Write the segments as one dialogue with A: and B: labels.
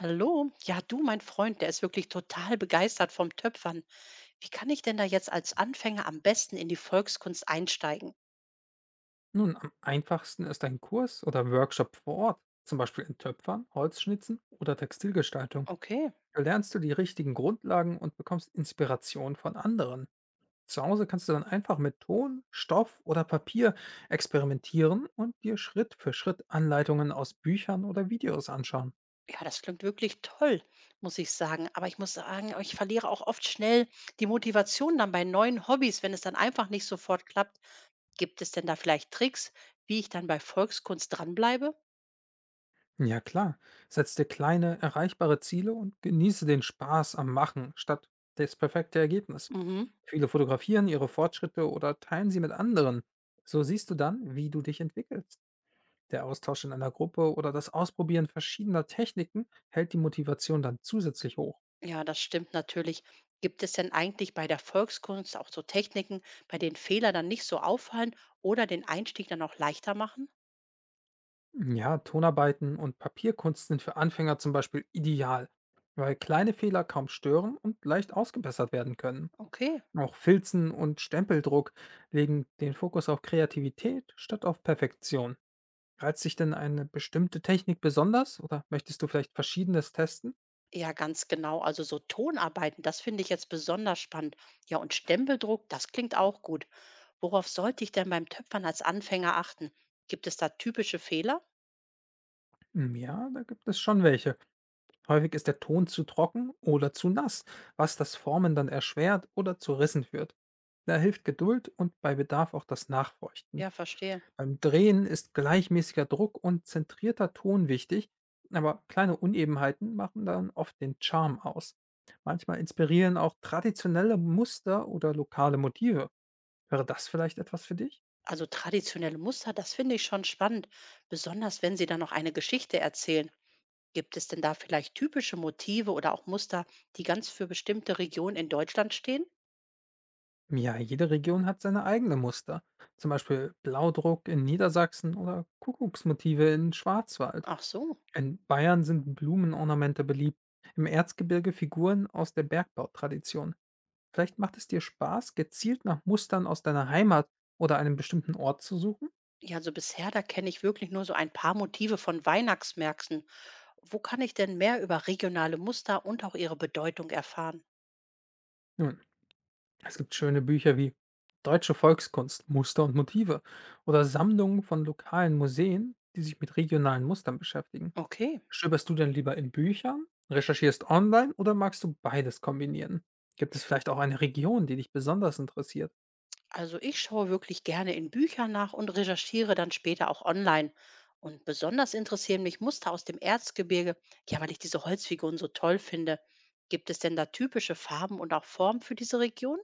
A: Hallo, ja du, mein Freund, der ist wirklich total begeistert vom Töpfern. Wie kann ich denn da jetzt als Anfänger am besten in die Volkskunst einsteigen?
B: Nun, am einfachsten ist ein Kurs oder Workshop vor Ort, zum Beispiel in Töpfern, Holzschnitzen oder Textilgestaltung.
A: Okay,
B: Da lernst du die richtigen Grundlagen und bekommst Inspiration von anderen. Zu Hause kannst du dann einfach mit Ton, Stoff oder Papier experimentieren und dir Schritt für Schritt Anleitungen aus Büchern oder Videos anschauen.
A: ja, das klingt wirklich toll, muss ich sagen. Aber ich muss sagen, ich verliere auch oft schnell die Motivation dann bei neuen Hobbys, wenn es dann einfach nicht sofort klappt. Gibt es denn da vielleicht Tricks, wie ich dann bei Volkskunst dranbleibe?
B: Ja klar, setz dir kleine, erreichbare Ziele und genieße den Spaß am Machen statt das perfekte Ergebnis.
A: Mhm.
B: Viele fotografieren ihre Fortschritte oder teilen sie mit anderen. So siehst du dann, wie du dich entwickelst. Der Austausch in einer Gruppe oder das Ausprobieren verschiedener Techniken hält die Motivation dann zusätzlich hoch.
A: Ja, das stimmt natürlich. Gibt es denn eigentlich bei der Volkskunst auch so Techniken, bei denen Fehler dann nicht so auffallen oder den Einstieg dann auch leichter machen?
B: Ja, Tonarbeiten und Papierkunst sind für Anfänger zum Beispiel ideal, weil kleine Fehler kaum stören und leicht ausgebessert werden können.
A: Okay.
B: Auch Filzen und Stempeldruck legen den Fokus auf Kreativität statt auf Perfektion. Reizt dich denn eine bestimmte Technik besonders oder möchtest du vielleicht verschiedenes testen?
A: Ja, ganz genau. Also so Tonarbeiten, das finde ich jetzt besonders spannend. Ja, und Stempeldruck, das klingt auch gut. Worauf sollte ich denn beim Töpfern als Anfänger achten? Gibt es da typische Fehler?
B: Hm, ja, da gibt es schon welche. Häufig ist der Ton zu trocken oder zu nass, was das Formen dann erschwert oder zu Rissen führt. Da hilft Geduld und bei Bedarf auch das Nachfeuchten.
A: Ja, verstehe.
B: Beim Drehen ist gleichmäßiger Druck und zentrierter Ton wichtig, aber kleine Unebenheiten machen dann oft den Charme aus. Manchmal inspirieren auch traditionelle Muster oder lokale Motive. Wäre das vielleicht etwas für dich?
A: Also traditionelle Muster, das finde ich schon spannend, besonders wenn sie dann noch eine Geschichte erzählen. Gibt es denn da vielleicht typische Motive oder auch Muster, die ganz für bestimmte Regionen in Deutschland stehen?
B: Ja, jede Region hat seine eigenen Muster. Zum Beispiel Blaudruck in Niedersachsen oder Kuckucksmotive in Schwarzwald.
A: Ach so.
B: In Bayern sind Blumenornamente beliebt, im Erzgebirge Figuren aus der Bergbautradition. Vielleicht macht es dir Spaß, gezielt nach Mustern aus deiner Heimat oder einem bestimmten Ort zu suchen?
A: Ja, also bisher, da kenne ich wirklich nur so ein paar Motive von Weihnachtsmärkten. Wo kann ich denn mehr über regionale Muster und auch ihre Bedeutung erfahren?
B: Nun, es gibt schöne Bücher wie Deutsche Volkskunst, Muster und Motive oder Sammlungen von lokalen Museen, die sich mit regionalen Mustern beschäftigen.
A: Okay,
B: Stöberst du denn lieber in Büchern, recherchierst online oder magst du beides kombinieren? Gibt es vielleicht auch eine Region, die dich besonders interessiert?
A: also ich schaue wirklich gerne in Büchern nach und recherchiere dann später auch online. Und besonders interessieren mich Muster aus dem Erzgebirge, ja, weil ich diese Holzfiguren so toll finde. Gibt es denn da typische Farben und auch Formen für diese Region?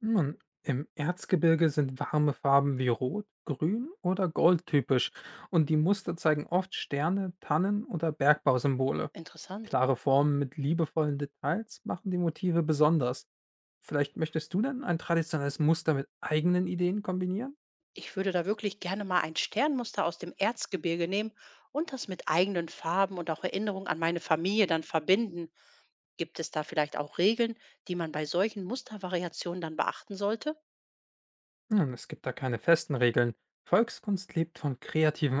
B: Nun, im Erzgebirge sind warme Farben wie Rot, Grün oder Gold typisch und die Muster zeigen oft Sterne, Tannen oder Bergbausymbole.
A: Interessant.
B: Klare Formen mit liebevollen Details machen die Motive besonders. Vielleicht möchtest du dann ein traditionelles Muster mit eigenen Ideen kombinieren?
A: Ich würde da wirklich gerne mal ein Sternmuster aus dem Erzgebirge nehmen und das mit eigenen Farben und auch Erinnerungen an meine Familie dann verbinden. Gibt es da vielleicht auch Regeln, die man bei solchen Mustervariationen dann beachten sollte?
B: Nun, es gibt da keine festen Regeln. Volkskunst lebt von kreativen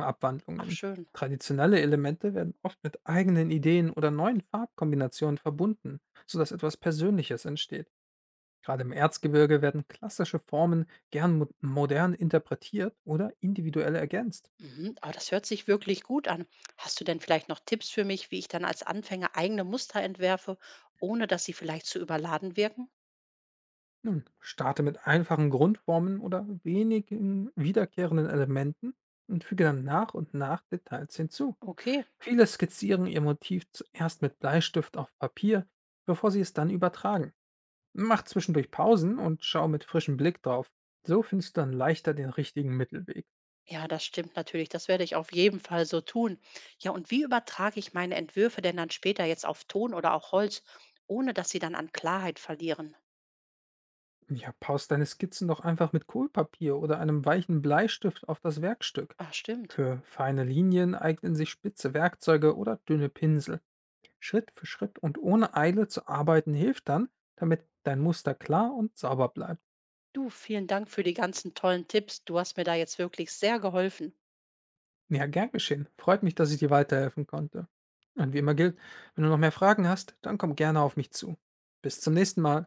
A: Ach
B: Abwandlungen.
A: schön.
B: Traditionelle Elemente werden oft mit eigenen Ideen oder neuen Farbkombinationen verbunden, sodass etwas Persönliches entsteht. Gerade im Erzgebirge werden klassische Formen gern mo modern interpretiert oder individuell ergänzt.
A: Mhm, aber das hört sich wirklich gut an. Hast du denn vielleicht noch Tipps für mich, wie ich dann als Anfänger eigene Muster entwerfe, ohne dass sie vielleicht zu überladen wirken?
B: Nun, starte mit einfachen Grundformen oder wenigen wiederkehrenden Elementen und füge dann nach und nach Details hinzu.
A: Okay.
B: Viele skizzieren ihr Motiv zuerst mit Bleistift auf Papier, bevor sie es dann übertragen. Mach zwischendurch Pausen und schau mit frischem Blick drauf. So findest du dann leichter den richtigen Mittelweg.
A: Ja, das stimmt natürlich. Das werde ich auf jeden Fall so tun. Ja, und wie übertrage ich meine Entwürfe denn dann später jetzt auf Ton oder auch Holz, ohne dass sie dann an Klarheit verlieren?
B: Ja, paust deine Skizzen doch einfach mit Kohlpapier oder einem weichen Bleistift auf das Werkstück.
A: Ah, stimmt.
B: Für feine Linien eignen sich spitze Werkzeuge oder dünne Pinsel. Schritt für Schritt und ohne Eile zu arbeiten hilft dann, damit dein Muster klar und sauber bleibt.
A: Du, vielen Dank für die ganzen tollen Tipps. Du hast mir da jetzt wirklich sehr geholfen.
B: Ja, gern geschehen. Freut mich, dass ich dir weiterhelfen konnte. Und wie immer gilt, wenn du noch mehr Fragen hast, dann komm gerne auf mich zu. Bis zum nächsten Mal.